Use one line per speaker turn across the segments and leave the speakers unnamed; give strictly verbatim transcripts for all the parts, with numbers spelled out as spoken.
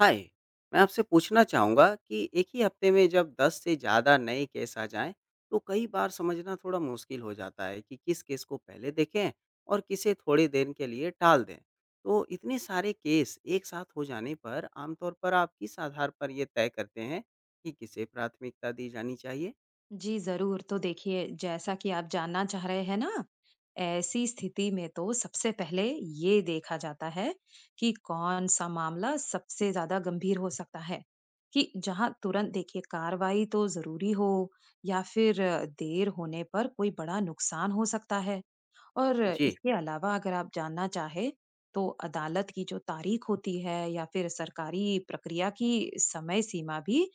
हाय। मैं आपसे पूछना चाहूँगा कि एक ही हफ्ते में जब दस से ज़्यादा नए केस आ जाएं, तो कई बार समझना थोड़ा मुश्किल हो जाता है कि किस केस को पहले देखें और किसे थोड़ी देर के लिए टाल दें। तो इतने सारे केस एक साथ हो जाने पर आमतौर पर आप किस आधार पर ये तय करते हैं कि किसे प्राथमिकता दी जानी चाहिए?
जी जरूर। तो देखिए, जैसा कि आप जानना चाह रहे हैं ना, ऐसी स्थिति में तो सबसे पहले ये देखा जाता है कि कौन सा मामला सबसे ज्यादा गंभीर हो सकता है, कि जहां तुरंत देखिए कार्रवाई तो जरूरी हो, या फिर देर होने पर कोई बड़ा नुकसान हो सकता है। और
जी।
इसके अलावा अगर आप जानना चाहे, तो अदालत की जो तारीख होती है या फिर सरकारी प्रक्रिया की समय सीमा भी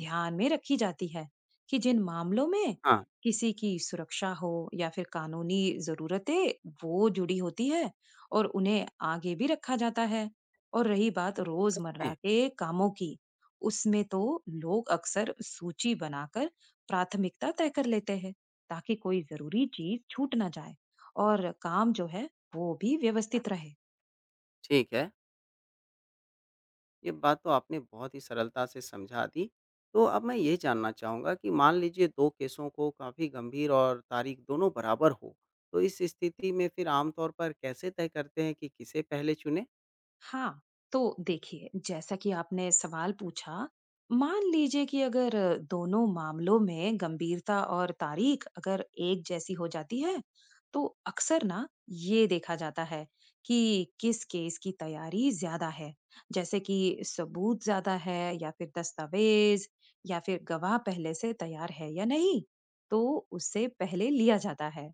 ध्यान में रखी जाती है, कि जिन मामलों में
हाँ।
किसी की सुरक्षा हो या फिर कानूनी जरूरतें वो जुड़ी होती है, और उन्हें आगे भी रखा जाता है। और रही बात
सच
रोजमर्रा
में।
के कामों की, उसमें तो लोग अक्सर सूची बनाकर प्राथमिकता तय कर लेते हैं ताकि कोई जरूरी चीज छूट ना जाए और काम जो है वो भी व्यवस्थित रहे।
ठीक है। ये बात तो आपने बहुत ही सरलता से समझा दी। तो अब मैं ये जानना चाहूँगा कि मान लीजिए 2 केसों को काफ़ी गंभीर और तारीख दोनों बराबर हो, तो इस स्थिति में फिर आम तौर पर कैसे तय करते हैं कि किसे पहले चुनें?
हाँ, तो देखिए, जैसा कि आपने सवाल पूछा, मान लीजिए कि अगर दोनों मामलों में गंभीरता और तारीख अगर एक जैसी हो जाती है, तो अक्सर ना ये देखा जाता है कि किस केस की तैयारी ज्यादा है, जैसे कि सबूत ज्यादा है या फिर दस्तावेज या फिर गवाह पहले से तैयार है या नहीं, तो उससे पहले लिया जाता है।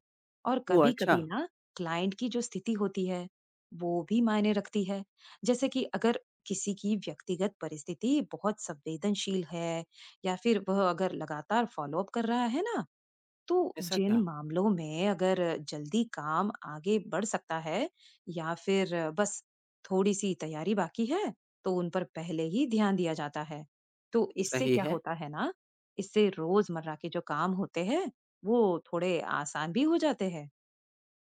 और
ओह! अच्छा।
कभी-कभी ना क्लाइंट की जो स्थिति होती है, वो भी मायने रखती है। जैसे कि अगर किसी की व्यक्तिगत परिस्थिति बहुत संवेदनशील है या फिर वह अगर लगातार फॉलोअप कर रहा है ना, तो
ऐसा
जिन
क्या?
मामलों में अगर जल्दी काम आगे बढ़ सकता है या फिर बस थोड़ी सी तैयारी बाकी है, तो उन पर पहले ही ध्यान दिया जाता है। तो इससे
सही
क्या
है।
होता है ना, इससे रोजमर्रा के जो काम होते हैं वो थोड़े आसान भी हो जाते हैं।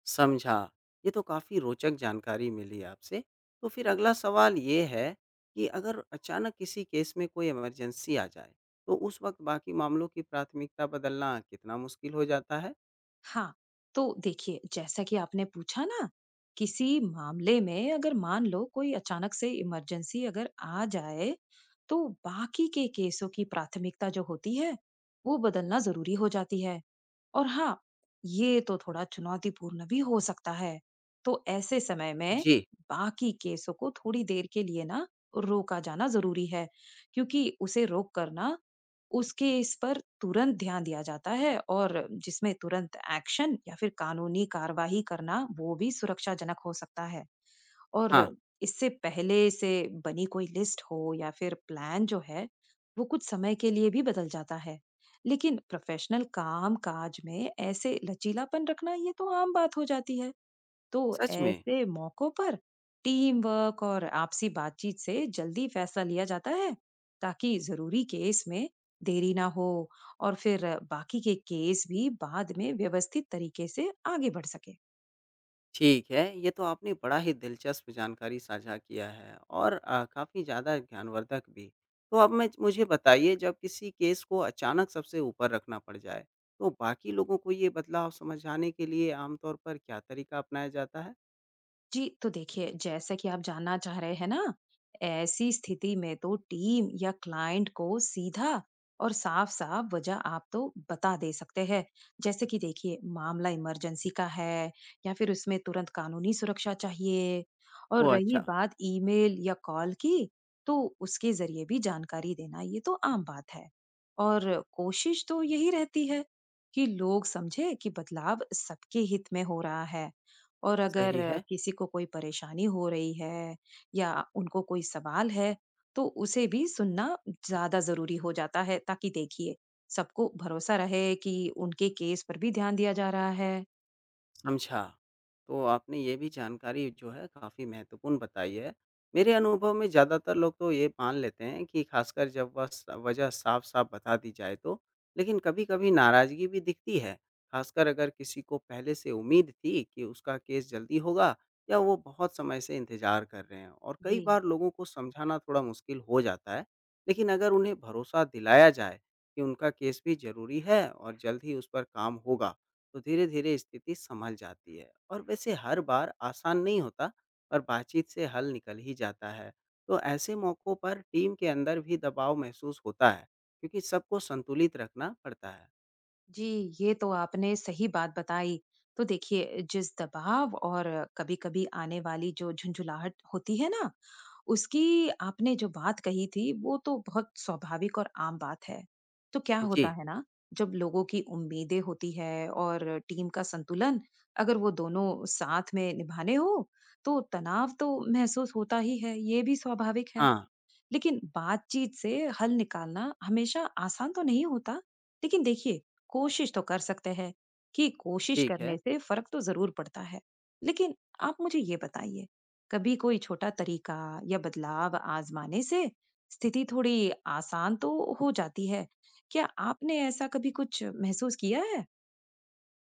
समझा। ये तो काफ़ी रोचक जानकारी मिली आपसे। तो फिर अगला सवाल ये है कि अगर अचानक किसी केस में कोई इमरजेंसी आ जाए, तो उस वक़्त बाकी मामलों की प्राथमिकता बदलना कितना मुश्किल हो जाता है?
हाँ, तो देखिए, जैसा कि आपने पूछा ना, किसी मामले में अगर मान लो कोई अचानक से इमरजेंसी अगर आ जाए, तो बाकी के केसों की प्राथमिकता जो होती है वो बदलना जरूरी हो जाती है। और हाँ, ये तो थोड़ा चुनौतीपूर्ण भी हो सकता है। तो ऐसे समय में
जी।
बाकी केसों को थोड़ी देर के लिए ना रोका जाना ज़रूरी है, क्योंकि उसे रोक कर ना उसके इस पर तुरंत ध्यान दिया जाता है, और जिसमें तुरंत एक्शन या फिर कानूनी कार्यवाही करना वो भी सुरक्षाजनक हो सकता है। और
हाँ।
इससे पहले से बनी कोई लिस्ट हो या फिर प्लान जो है वो कुछ समय के लिए भी बदल जाता है, लेकिन प्रोफेशनल काम काज में ऐसे लचीलापन रखना ये तो आम बात हो जाती है। तो
सच में?
ऐसे मौकों पर टीम वर्क और आपसी बातचीत से जल्दी फैसला लिया जाता है ताकि जरूरी केस में देरी ना हो, और फिर बाकी के केस भी बाद में व्यवस्थित तरीके से आगे बढ़ सके।
ठीक है। ये तो आपने बड़ा ही दिलचस्प जानकारी साझा किया है और अ, काफ़ी ज़्यादा ज्ञानवर्धक भी। तो अब मैं मुझे बताइए, जब किसी केस को अचानक सबसे ऊपर रखना पड़ जाए, तो बाकी लोगों को ये बदलाव समझाने के लिए आमतौर पर क्या तरीका अपनाया जाता है?
जी, तो देखिए, जैसा कि आप जानना चाह रहे हैं ना, ऐसी स्थिति में तो टीम या क्लाइंट को सीधा और साफ-साफ वजह आप तो बता दे सकते हैं। जैसे कि देखिए, मामला इमरजेंसी का है या फिर उसमें तुरंत कानूनी सुरक्षा चाहिए। और
ओह,
रही
अच्छा।
बात ईमेल या कॉल की, तो उसके ज़रिए भी जानकारी देना ये तो आम बात है। और कोशिश तो यही रहती है कि लोग समझे कि बदलाव सबके हित में हो रहा है। और अगर
सही है।
किसी को कोई परेशानी हो रही है या उनको कोई सवाल है, तो उसे भी सुनना ज़्यादा ज़रूरी हो जाता है, ताकि देखिए सबको भरोसा रहे कि उनके केस पर भी ध्यान दिया जा रहा है।
समझा। तो आपने ये भी जानकारी जो है काफ़ी महत्वपूर्ण बताई है। मेरे अनुभव में ज़्यादातर लोग तो ये मान लेते हैं कि ख़ासकर जब वह स वजह साफ-साफ बता दी जाए तो। लेकिन कभी-कभी नाराज़गी भी दिखती है, ख़ासकर अगर किसी को पहले से उम्मीद थी कि उसका केस जल्दी होगा या वो बहुत समय से इंतज़ार कर रहे हैं, और कई
जी।
बार लोगों को समझाना थोड़ा मुश्किल हो जाता है। लेकिन अगर उन्हें भरोसा दिलाया जाए कि उनका केस भी ज़रूरी है और जल्द ही उस पर काम होगा, तो धीरे-धीरे स्थिति सँभल जाती है। और वैसे हर बार आसान नहीं होता, और बातचीत से हल निकल ही जाता है। तो ऐसे मौक़ों पर टीम के अंदर भी दबाव महसूस होता है, क्योंकि सबको संतुलित रखना पड़ता है।
जी, ये तो आपने सही बात बताई। तो देखिए, जिस दबाव और कभी-कभी आने वाली जो झुंझुलाहट होती है ना, उसकी आपने जो बात कही थी, वो तो बहुत स्वाभाविक और आम बात है। तो क्या होता
जी।
है ना, जब लोगों की उम्मीदें होती है और टीम का संतुलन, अगर वो दोनों साथ में निभाने हो, तो तनाव तो महसूस होता ही है, ये भी स्वाभाविक है।
हाँ।
लेकिन बातचीत से हल निकालना हमेशा आसान तो नहीं होता, लेकिन देखिए कोशिश तो कर सकते हैं, कि कोशिश
ठीक है।
करने से फर्क तो जरूर पड़ता है। लेकिन आप मुझे ये बताइए, कभी कोई छोटा तरीका या बदलाव आजमाने से स्थिति थोड़ी आसान तो हो जाती है, क्या आपने ऐसा कभी कुछ महसूस किया है?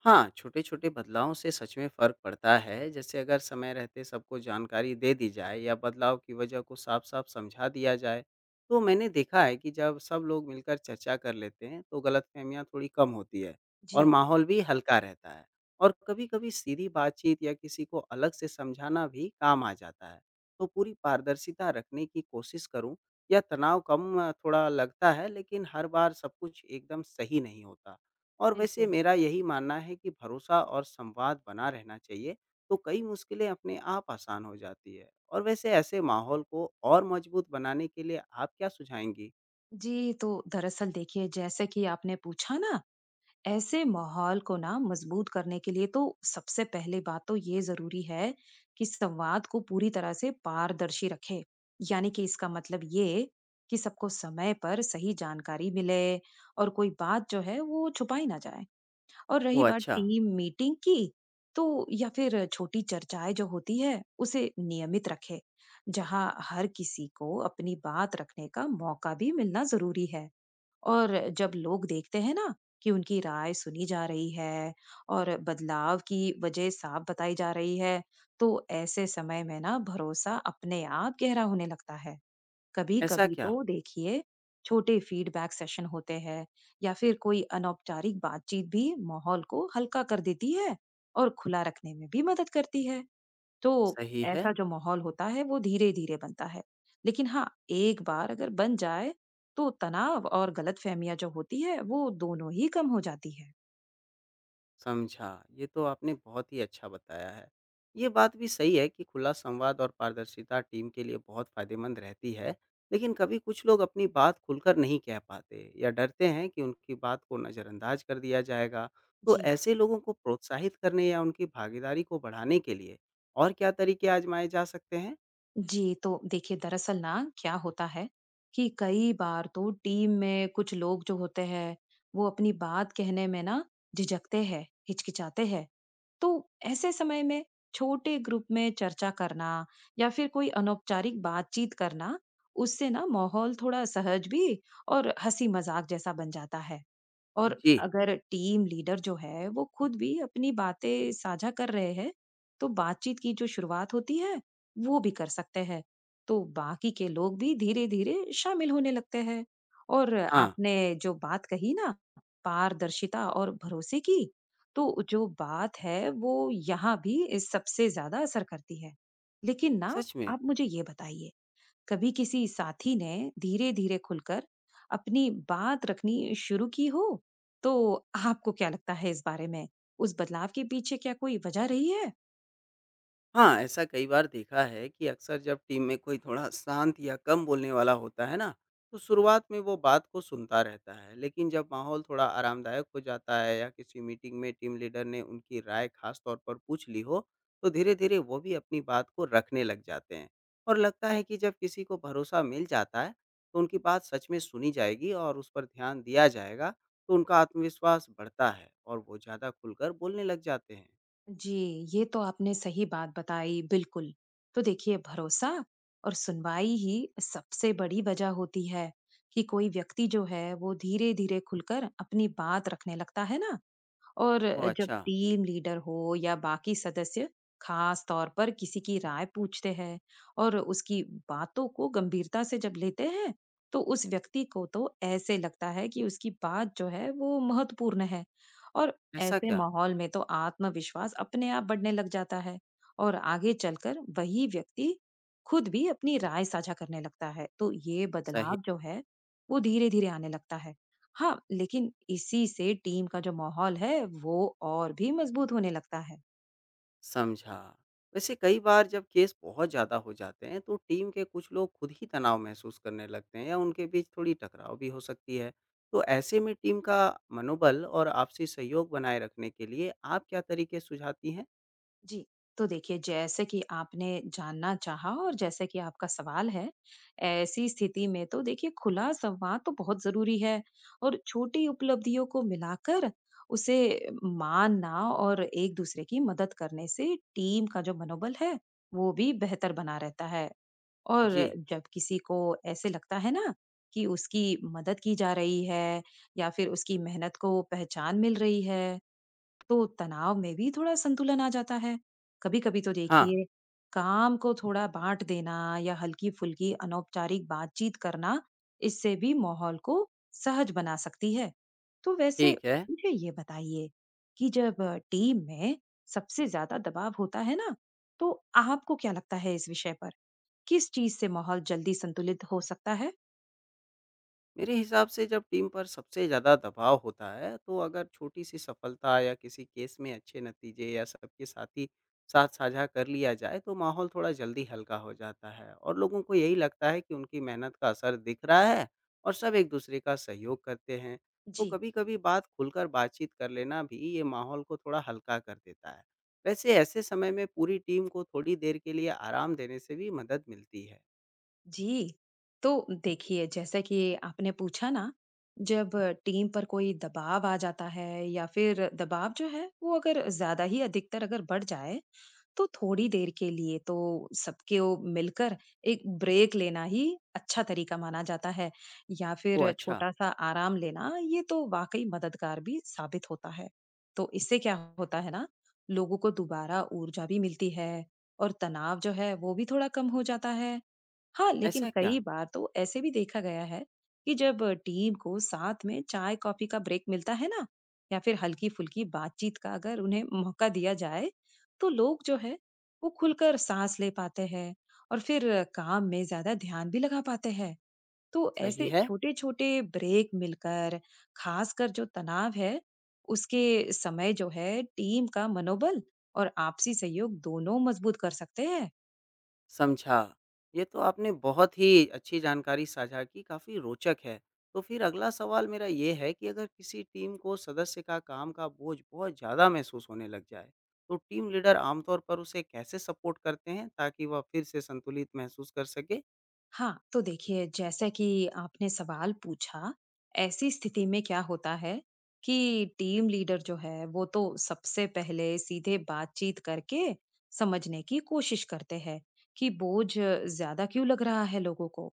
हाँ, छोटे-छोटे बदलावों से सच में फ़र्क पड़ता है। जैसे अगर समय रहते सबको जानकारी दे दी जाए या बदलाव की वजह को साफ-साफ समझा दिया जाए, तो मैंने देखा है कि जब सब लोग मिलकर चर्चा कर लेते हैं, तो गलतफ़हमियाँ थोड़ी कम होती है
जी
और माहौल भी हल्का रहता है। और कभी-कभी सीधी बातचीत या किसी को अलग से समझाना भी काम आ जाता है। तो पूरी पारदर्शिता रखने की कोशिश करूँ या तनाव कम अ, थोड़ा लगता है, लेकिन हर बार सब कुछ एकदम सही नहीं होता। और वैसे
बिल्कुल।
मेरा यही मानना है कि भरोसा और संवाद बना रहना चाहिए, तो कई मुश्किलें अपने आप आसान हो जाती है। और वैसे ऐसे माहौल को और मजबूत बनाने के लिए आप क्या सुझाएँगी?
जी, तो दरअसल देखिए, जैसे कि आपने पूछा ना, ऐसे माहौल को ना मजबूत करने के लिए तो सबसे पहले बात तो ये जरूरी है कि संवाद को पूरी तरह से पारदर्शी रखे, यानी कि इसका मतलब ये कि सबको समय पर सही जानकारी मिले और कोई बात जो है वो छुपाई ना जाए। और रही
ओह,
बात
अच्छा।
टीम मीटिंग की, तो या फिर छोटी चर्चाएं जो होती है उसे नियमित रखे, जहां हर किसी को अपनी बात रखने का मौका भी मिलना जरूरी है। और जब लोग देखते हैं ना कि उनकी राय सुनी जा रही है और बदलाव की वजह साफ बताई जा रही है, तो ऐसे समय में ना भरोसा अपने आप गहरा होने लगता है।
ऐसा
कभी-कभी
क्या?
तो देखिए, छोटे फीडबैक सेशन होते हैं या फिर कोई अनौपचारिक बातचीत भी माहौल को हल्का कर देती है और खुला रखने में भी मदद करती है। तो
सही है।
ऐसा जो माहौल होता है वो धीरे धीरे बनता है, लेकिन हाँ, एक बार अगर बन जाए, तो तनाव और गलतफहमियां जो होती है वो दोनों ही कम हो जाती है।
समझा। ये तो आपने बहुत ही अच्छा बताया है। ये बात भी सही है कि खुला संवाद और पारदर्शिता टीम के लिए बहुत फ़ायदेमंद रहती है, लेकिन कभी कुछ लोग अपनी बात खुलकर नहीं कह पाते या डरते हैं कि उनकी बात को नज़रअंदाज कर दिया जाएगा। तो
जी।
ऐसे लोगों को प्रोत्साहित करने या उनकी भागीदारी को बढ़ाने के लिए और क्या तरीके आज़माए जा सकते हैं?
जी, तो देखिए, दरअसल ना क्या होता है कि कई बार तो टीम में कुछ लोग जो होते हैं वो अपनी बात कहने में ना झिझकते हैं, हिचकिचाते हैं। तो ऐसे समय में छोटे ग्रुप में चर्चा करना या फिर कोई अनौपचारिक बातचीत करना, उससे ना माहौल थोड़ा सहज भी और हंसी मजाक जैसा बन जाता है। और
जी।
अगर टीम लीडर जो है वो खुद भी अपनी बातें साझा कर रहे हैं, तो बातचीत की जो शुरुआत होती है वो भी कर सकते हैं, तो बाकी के लोग भी धीरे धीरे शामिल होने लगते हैं। और
हाँ।
आपने जो बात कही ना, पारदर्शिता और भरोसे की, तो जो बात है वो यहाँ भी इस सबसे ज्यादा असर करती है। लेकिन ना,
सच में।
आप मुझे ये बताइए, कभी किसी साथी ने धीरे धीरे खुलकर अपनी बात रखनी शुरू की हो, तो आपको क्या लगता है इस बारे में, उस बदलाव के पीछे क्या कोई वजह रही है?
हाँ, ऐसा कई बार देखा है कि अक्सर जब टीम में कोई थोड़ा शांत या कम बोलने वाला होता है ना, तो शुरुआत में वो बात को सुनता रहता है। लेकिन जब माहौल थोड़ा आरामदायक हो जाता है या किसी मीटिंग में टीम लीडर ने उनकी राय खास तौर पर पूछ ली हो, तो धीरे-धीरे वो भी अपनी बात को रखने लग जाते हैं। और लगता है कि जब किसी को भरोसा मिल जाता है, तो उनकी बात सच में सुनी जाएगी और उस पर ध्यान दिया जाएगा, तो उनका आत्मविश्वास बढ़ता है और वो ज़्यादा खुलकर बोलने लग जाते हैं।
जी, ये तो आपने सही बात बताई, बिल्कुल। तो देखिए, भरोसा और सुनवाई ही सबसे बड़ी वजह होती है कि कोई व्यक्ति जो है वो धीरे धीरे खुलकर अपनी बात रखने लगता है ना। और
ओह,
जब
अच्छा।
टीम लीडर हो या बाकी सदस्य खास तौर पर किसी की राय पूछते हैं और उसकी बातों को गंभीरता से जब लेते हैं, तो उस व्यक्ति को तो ऐसे लगता है कि उसकी बात जो है वो महत्वपूर्ण है, और
ऐसा
ऐसे
क्या?
माहौल में तो आत्मविश्वास अपने आप बढ़ने लग जाता है। और आगे चलकर वही व्यक्ति खुद भी अपनी राय साझा करने लगता है, तो ये
सही।
बदलाव जो है वो धीरे धीरे आने लगता है। हाँ, लेकिन इसी से टीम का जो माहौल है वो और भी मजबूत होने लगता है।
समझा। वैसे कई बार जब केस बहुत ज़्यादा हो जाते हैं, तो टीम के कुछ लोग खुद ही तनाव महसूस करने लगते हैं या उनके बीच थोड़ी टकराव भी हो सकती है। तो ऐसे में टीम का मनोबल और आपसी सहयोग बनाए रखने के लिए आप क्या तरीके सुझाती हैं?
जी, तो देखिए, जैसे कि आपने जानना चाहा और जैसे कि आपका सवाल है, ऐसी स्थिति में तो देखिए खुला संवाद तो बहुत जरूरी है, और छोटी उपलब्धियों को मिलाकर उसे मानना और एक दूसरे की मदद करने से टीम का जो मनोबल है वो भी बेहतर बना रहता है।
जी।
और जब किसी को ऐसे लगता है ना कि उसकी मदद की जा रही है या फिर उसकी मेहनत को पहचान मिल रही है, तो तनाव में भी थोड़ा संतुलन आ जाता है। कभी-कभी तो
हाँ।
देखिए, काम को थोड़ा बाँट देना या हल्की-फुल्की अनौपचारिक बातचीत करना, इससे भी माहौल को सहज बना सकती है। तो वैसे
ठीक है।
मुझे ये बताइए कि जब टीम में सबसे ज़्यादा दबाव होता है ना, तो आपको क्या लगता है इस विषय पर? किस चीज से माहौल जल्दी संतुलित हो सकता है?
मेरे हिसाब से जब टीम पर सबसे ज़्यादा दबाव होता है, तो अगर छोटी-सी सफलता या किसी केस में अच्छे नतीजे या सबके साथी साथ साझा कर लिया जाए, तो माहौल थोड़ा जल्दी हल्का हो जाता है और लोगों को यही लगता है कि उनकी मेहनत का असर दिख रहा है और सब एक-दूसरे का सहयोग करते हैं। तो
जी।
कभी-कभी बात खुलकर बातचीत कर लेना भी ये माहौल को थोड़ा हल्का कर देता है। वैसे ऐसे समय में पूरी टीम को थोड़ी देर के लिए आराम देने से भी मदद मिलती है।
जी, तो देखिए, जैसा कि आपने पूछा ना, जब टीम पर कोई दबाव आ जाता है या फिर दबाव जो है वो अगर ज्यादा ही अधिकतर अगर बढ़ जाए, तो थोड़ी देर के लिए तो सबके ओ मिलकर एक ब्रेक लेना ही अच्छा तरीका माना जाता है, या
ओह,
फिर
अच्छा!
छोटा सा आराम लेना ये तो वाकई मददगार भी साबित होता है। तो इससे क्या होता है ना, लोगों को दोबारा ऊर्जा भी मिलती है और तनाव जो है वो भी थोड़ा कम हो जाता है। हाँ, लेकिन
ऐसा क्या?
कई बार तो ऐसे भी देखा गया है कि जब टीम को साथ में चाय-कॉफ़ी का ब्रेक मिलता है ना, या फिर हल्की-फुल्की बातचीत का अगर उन्हें मौका दिया जाए, तो लोग जो है वो खुलकर साँस ले पाते हैं और फिर काम में ज़्यादा ध्यान भी लगा पाते हैं। तो
सही
ऐसे
है।
छोटे-छोटे ब्रेक मिलकर, ख़ासकर जो तनाव है, उसके समय जो है टीम का मनोबल और आपसी सहयोग दोनों मज़बूत कर सकते हैं।
समझा। ये तो आपने बहुत ही अच्छी जानकारी साझा की, काफ़ी रोचक है। तो फिर अगला सवाल मेरा ये है कि अगर किसी टीम को सदस्य का काम का बोझ बहुत ज़्यादा महसूस होने लग जाए, तो टीम लीडर आमतौर पर उसे कैसे सपोर्ट करते हैं ताकि वह फिर से संतुलित महसूस कर सके?
हाँ, तो देखिए, जैसा कि आपने सवाल पूछा, ऐसी स्थिति में क्या होता है कि टीम लीडर जो है वो तो सबसे पहले सीधे बातचीत करके समझने की कोशिश करते हैं कि बोझ ज्यादा क्यों लग रहा है लोगों को।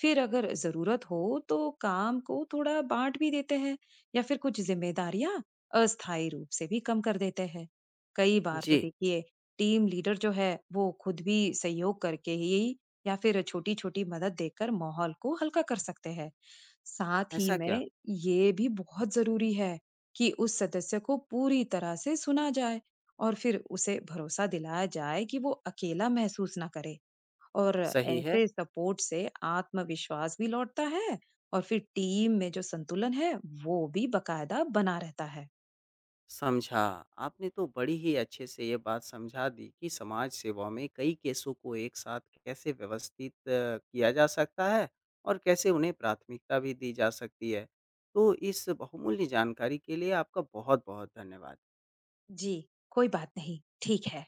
फिर अगर जरूरत हो तो काम को थोड़ा बांट भी देते हैं या फिर कुछ जिम्मेदारियां अस्थायी रूप से भी कम कर देते हैं। कई बार तो
जी।
देखिए, टीम लीडर जो है वो खुद भी सहयोग करके ही या फिर छोटी-छोटी मदद देकर माहौल को हल्का कर सकते हैं। साथ ही
ऐसा क्या?
में ये भी बहुत जरूरी है कि उस सदस्य को पूरी तरह से सुना जाए और फिर उसे भरोसा दिलाया जाए कि वो अकेला महसूस ना करे, और
सही है?
ऐसे सपोर्ट से आत्मविश्वास भी लौटता है और फिर टीम में जो संतुलन है वो भी बकायदा बना रहता है।
समझा। आपने तो बड़ी ही अच्छे से ये बात समझा दी कि समाज सेवा में कई केसों को एक साथ कैसे व्यवस्थित अ, किया जा सकता है और कैसे उन्हें प्राथमिकता भी दी जा सकती है। तो इस बहुमूल्य जानकारी के लिए आपका बहुत-बहुत धन्यवाद।
जी, कोई बात नहीं, ठीक है।